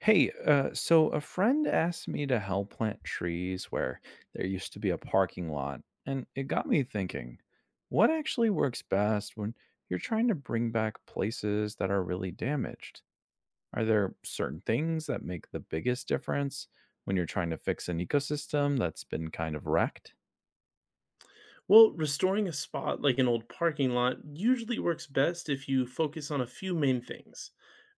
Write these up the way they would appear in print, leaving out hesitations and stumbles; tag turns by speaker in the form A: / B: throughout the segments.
A: Hey, so a friend asked me to help plant trees where there used to be a parking lot, and it got me thinking, what actually works best when you're trying to bring back places that are really damaged? Are there certain things that make the biggest difference when you're trying to fix an ecosystem that's been kind of wrecked?
B: Well, restoring a spot like an old parking lot usually works best if you focus on a few main things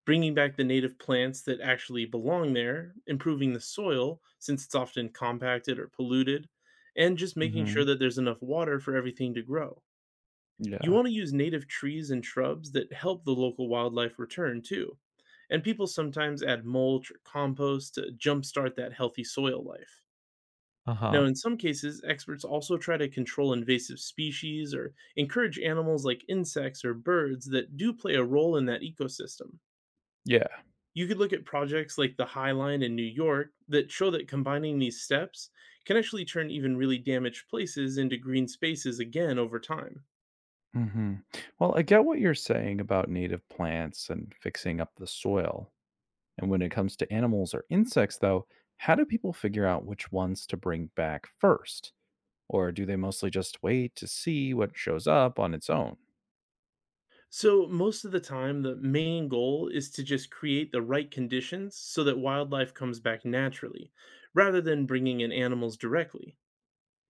B: bringing back the native plants that actually belong there, improving the soil since it's often compacted or polluted, and just making
A: hmm
B: sure that there's enough water for everything to grow. You
A: Yeah.
B: want to use native trees and shrubs that help the local wildlife return too. And people sometimes add mulch or compost to jumpstart that healthy soil life.
A: Uh
B: Now,
A: huh.
B: in some cases, experts also try to control invasive species or encourage animals like insects or birds that do play a role in that ecosystem.
A: Yeah.
B: You could look at projects like the High Line in New York that show that combining these steps can actually turn even really damaged places into green spaces again over time.
A: hmm Well, I get what you're saying about native plants and fixing up the soil. And when it comes to animals or insects, though, how do people figure out which ones to bring back first? Or do they mostly just wait to see what shows up on its own?
B: So, most of the time, the main goal is to just create the right conditions so that wildlife comes back naturally, rather than bringing in animals directly.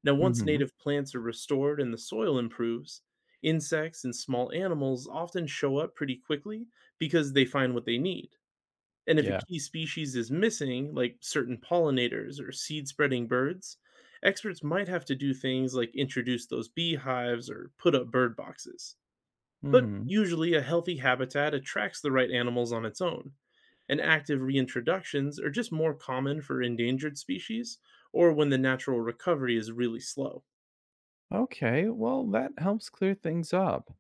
B: Now, once
A: Hmm
B: native plants are restored and the soil improves, insects and small animals often show up pretty quickly because they find what they need. And if a
A: Yeah.
B: key species is missing, like certain pollinators or seed spreading birds, experts might have to do things like introduce those beehives or put up bird boxes. But
A: hmm
B: usually, a healthy habitat attracts the right animals on its own, and active reintroductions are just more common for endangered species or when the natural recovery is really slow.
A: Okay, well, that helps clear things up.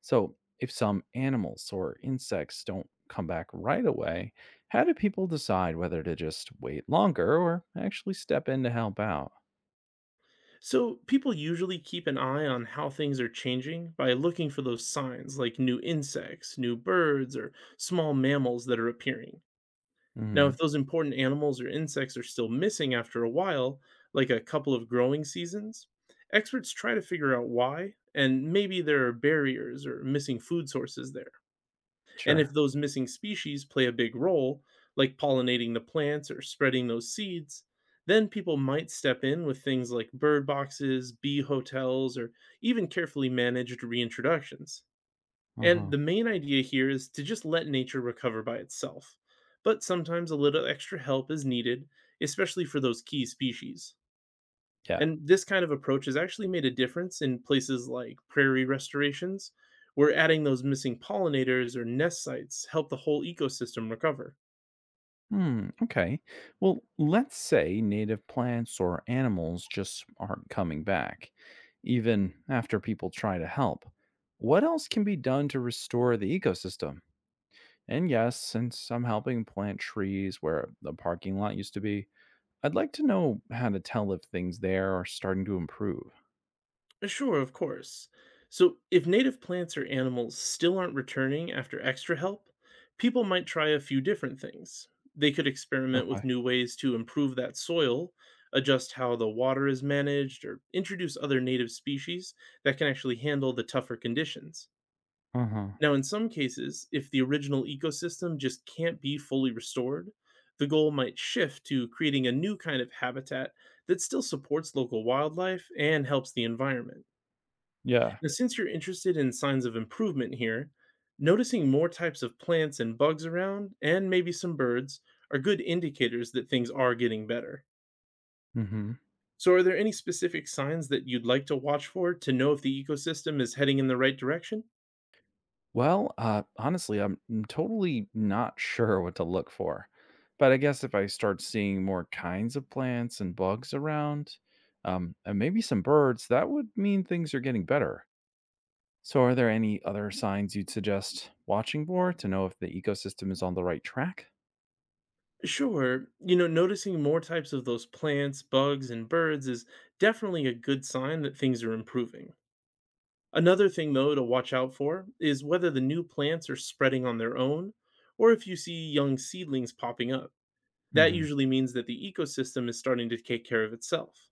A: So, if some animals or insects don't come back right away, how do people decide whether to just wait longer or actually step in to help out?
B: So, people usually keep an eye on how things are changing by looking for those signs like new insects, new birds, or small mammals that are appearing. Now, if
A: Hmm
B: those important animals or insects are still missing after a while, like a couple of growing seasons, experts try to figure out why, and maybe there are barriers or missing food sources there. And if
A: Sure.
B: those missing species play a big role, like pollinating the plants or spreading those seeds, then people might step in with things like bird boxes, bee hotels, or even carefully managed reintroductions.
A: Uh
B: And
A: huh.
B: the main idea here is to just let nature recover by itself. But sometimes a little extra help is needed, especially for those key species.
A: Yeah.
B: And this kind of approach has actually made a difference in places like prairie restorations, where adding those missing pollinators or nest sites help the whole ecosystem recover.
A: Hmm, okay. Well, let's say native plants or animals just aren't coming back, even after people try to help. What else can be done to restore the ecosystem? And yes, since I'm helping plant trees where the parking lot used to be, I'd like to know how to tell if things there are starting to improve.
B: Sure, of course. So, if native plants or animals still aren't returning after extra help, people might try a few different things. They could experiment
A: Okay.
B: with new ways to improve that soil, adjust how the water is managed, or introduce other native species that can actually handle the tougher conditions.
A: Uh huh.
B: Now, in some cases, if the original ecosystem just can't be fully restored, the goal might shift to creating a new kind of habitat that still supports local wildlife and helps the environment.
A: Yeah.
B: Now, since you're interested in signs of improvement here, noticing more types of plants and bugs around, and maybe some birds, are good indicators that things are getting better.
A: Mm hmm.
B: So, are there any specific signs that you'd like to watch for to know if the ecosystem is heading in the right direction?
A: Well, honestly, totally not sure what to look for. But I guess if I start seeing more kinds of plants and bugs around, and maybe some birds, that would mean things are getting better. So, are there any other signs you'd suggest watching for to know if the ecosystem is on the right track?
B: Sure. You know, noticing more types of those plants, bugs, and birds is definitely a good sign that things are improving. Another thing, though, to watch out for is whether the new plants are spreading on their own or if you see young seedlings popping up. That
A: Hmm
B: usually means that the ecosystem is starting to take care of itself.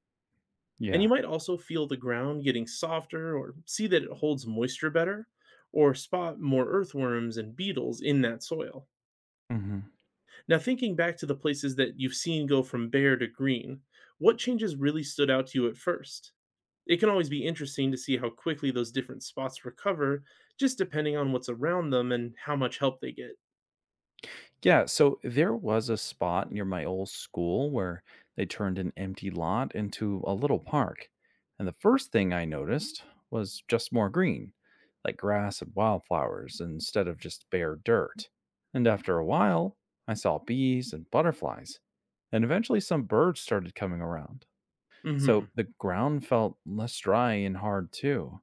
B: And
A: Yeah.
B: you might also feel the ground getting softer or see that it holds moisture better or spot more earthworms and beetles in that soil. Now, thinking back to the places that you've seen go from bare to green, what changes really stood out to you at first? It can always be interesting to see how quickly those different spots recover, just depending on what's around them and how much help they get.
A: Yeah, so there was a spot near my old school where they turned an empty lot into a little park. And the first thing I noticed was just more green, like grass and wildflowers instead of just bare dirt. And after a while, I saw bees and butterflies. And eventually, some birds started coming around. So
B: Hmm.
A: the ground felt less dry and hard too,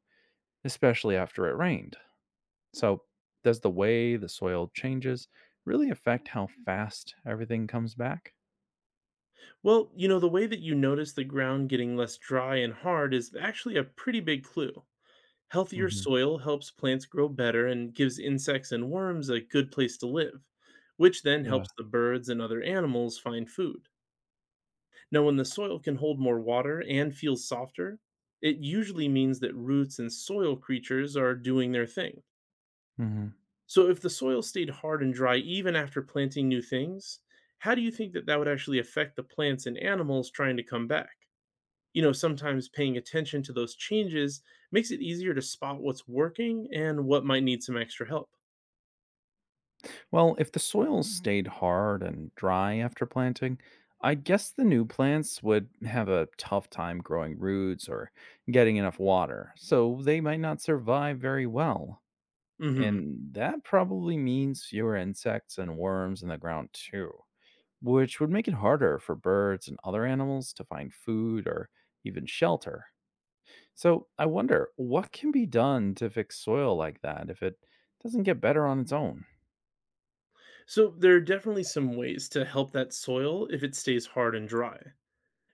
A: especially after it rained. So, does the way the soil changes really affect how fast everything comes back?
B: Well, you know, the way that you notice the ground getting less dry and hard is actually a pretty big clue. Healthier
A: Hmm
B: soil helps plants grow better and gives insects and worms a good place to live, which then
A: Yeah.
B: helps the birds and other animals find food. Now, when the soil can hold more water and feels softer, it usually means that roots and soil creatures are doing their thing.
A: hmm
B: So, if the soil stayed hard and dry even after planting new things, how do you think that would actually affect the plants and animals trying to come back? You know, sometimes paying attention to those changes makes it easier to spot what's working and what might need some extra help.
A: Well, if the soil stayed hard and dry after planting, I guess the new plants would have a tough time growing roots or getting enough water, so they might not survive very well.
B: Hmm.
A: And that probably means fewer insects and worms in the ground too, which would make it harder for birds and other animals to find food or even shelter. So I wonder what can be done to fix soil like that if it doesn't get better on its own?
B: So, there are definitely some ways to help that soil if it stays hard and dry.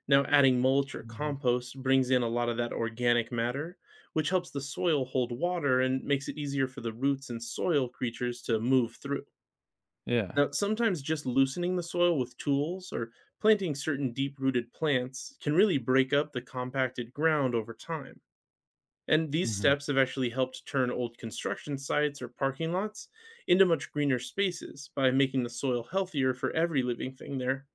B: Now, adding mulch or
A: Mhm.
B: compost brings in a lot of that organic matter, which helps the soil hold water and makes it easier for the roots and soil creatures to move through.
A: Yeah.
B: Now, sometimes just loosening the soil with tools or planting certain deep rooted plants can really break up the compacted ground over time. And these
A: Mhm.
B: steps have actually helped turn old construction sites or parking lots into much greener spaces by making the soil healthier for every living thing there.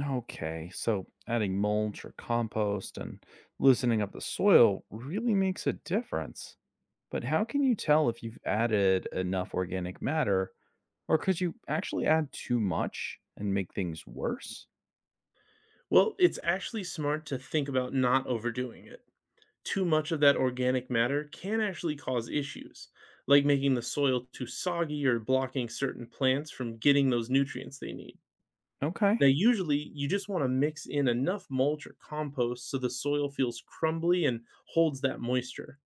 A: Okay. So adding mulch or compost and loosening up the soil really makes a difference. But how can you tell if you've added enough organic matter or could you actually add too much and make things worse?
B: Well, it's actually smart to think about not overdoing it too much of that organic matter can actually cause issues, like making the soil too soggy or blocking certain plants from getting those nutrients they need.
A: Okay.
B: Now, usually, you just want to mix in enough mulch or compost so the soil feels crumbly and holds that moisture,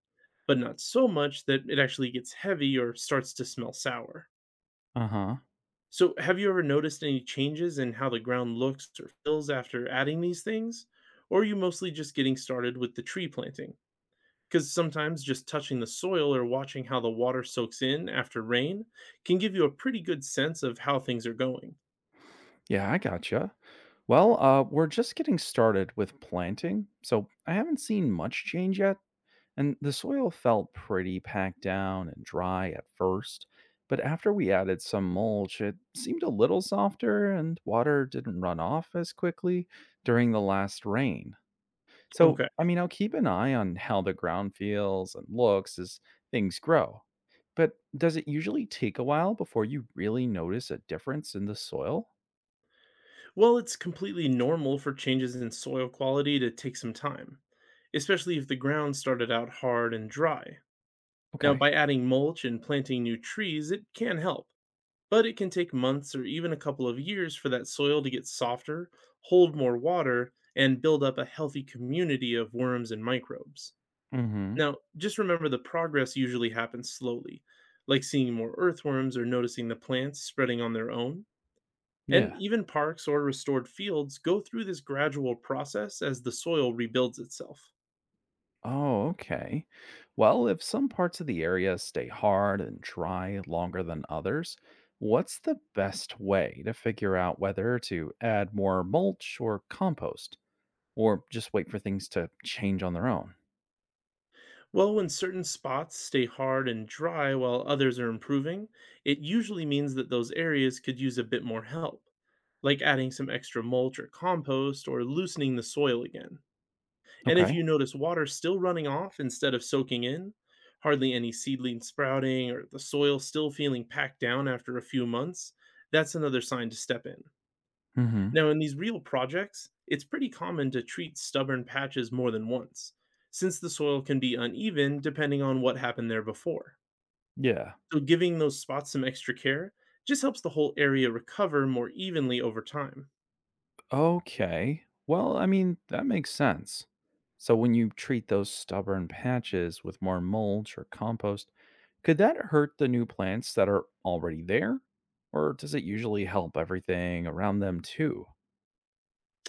B: but not so much that it actually gets heavy or starts to smell sour.
A: Uh huh.
B: So, have you ever noticed any changes in how the ground looks or feels after adding these things? Or are you mostly just getting started with the tree planting? Because sometimes just touching the soil or watching how the water soaks in after rain can give you a pretty good sense of how things are going.
A: Yeah, I gotcha. Well, we're just getting started with planting, so I haven't seen much change yet. And the soil felt pretty packed down and dry at first, but after we added some mulch, it seemed a little softer and water didn't run off as quickly during the last rain. So,
B: Okay.
A: I mean, I'll keep an eye on how the ground feels and looks as things grow. But does it usually take a while before you really notice a difference in the soil?
B: Well, it's completely normal for changes in soil quality to take some time, especially if the ground started out hard and dry. Now,
A: Okay.
B: by adding mulch and planting new trees, it can help, but it can take months or even a couple of years for that soil to get softer, hold more water, and build up a healthy community of worms and microbes.
A: Mhm.
B: Now, just remember the progress usually happens slowly, like seeing more earthworms or noticing the plants spreading on their own. And
A: Yeah.
B: even parks or restored fields go through this gradual process as the soil rebuilds itself.
A: Oh, okay. Well, if some parts of the area stay hard and dry longer than others, what's the best way to figure out whether to add more mulch or compost or just wait for things to change on their own?
B: Well, when certain spots stay hard and dry while others are improving, it usually means that those areas could use a bit more help, like adding some extra mulch or compost or loosening the soil again. And if
A: Okay.
B: you notice water still running off instead of soaking in, hardly any seedlings sprouting, or the soil still feeling packed down after a few months, that's another sign to step in.
A: Mhm.
B: Now, in these real projects, it's pretty common to treat stubborn patches more than once, since the soil can be uneven depending on what happened there before.
A: Yeah.
B: So, giving those spots some extra care just helps the whole area recover more evenly over time.
A: Okay. Well, I mean, that makes sense. So when you treat those stubborn patches with more mulch or compost, could that hurt the new plants that are already there? Or does it usually help everything around them too?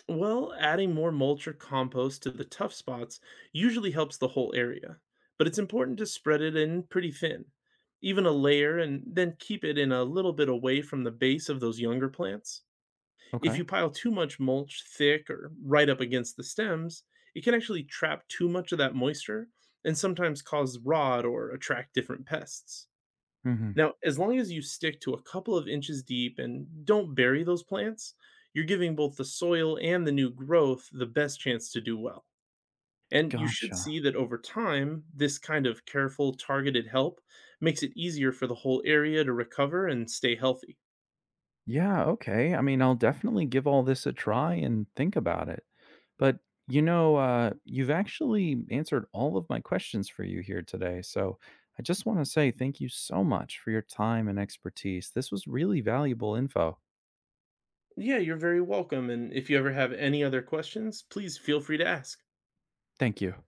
B: Well, adding more mulch or compost to the tough spots usually helps the whole area, but it's important to spread it in pretty thin, even a layer, and then keep it in a little bit away from the base of those younger plants. If
A: Okay.
B: you pile too much mulch thick or right up against the stems, it can actually trap too much of that moisture and sometimes cause rot or attract different pests.
A: hmm
B: Now, as long as you stick to a couple of inches deep and don't bury those plants, you're giving both the soil and the new growth the best chance to do well. And you should
A: Gotcha.
B: see that over time, this kind of careful, targeted help makes it easier for the whole area to recover and stay healthy.
A: Yeah, okay. I mean, I'll definitely give all this a try and think about it. But, you've actually answered all of my questions for you here today. So I just want to say thank you so much for your time and expertise. This was really valuable info.
B: Yeah, you're very welcome. And if you ever have any other questions, please feel free to ask.
A: Thank you.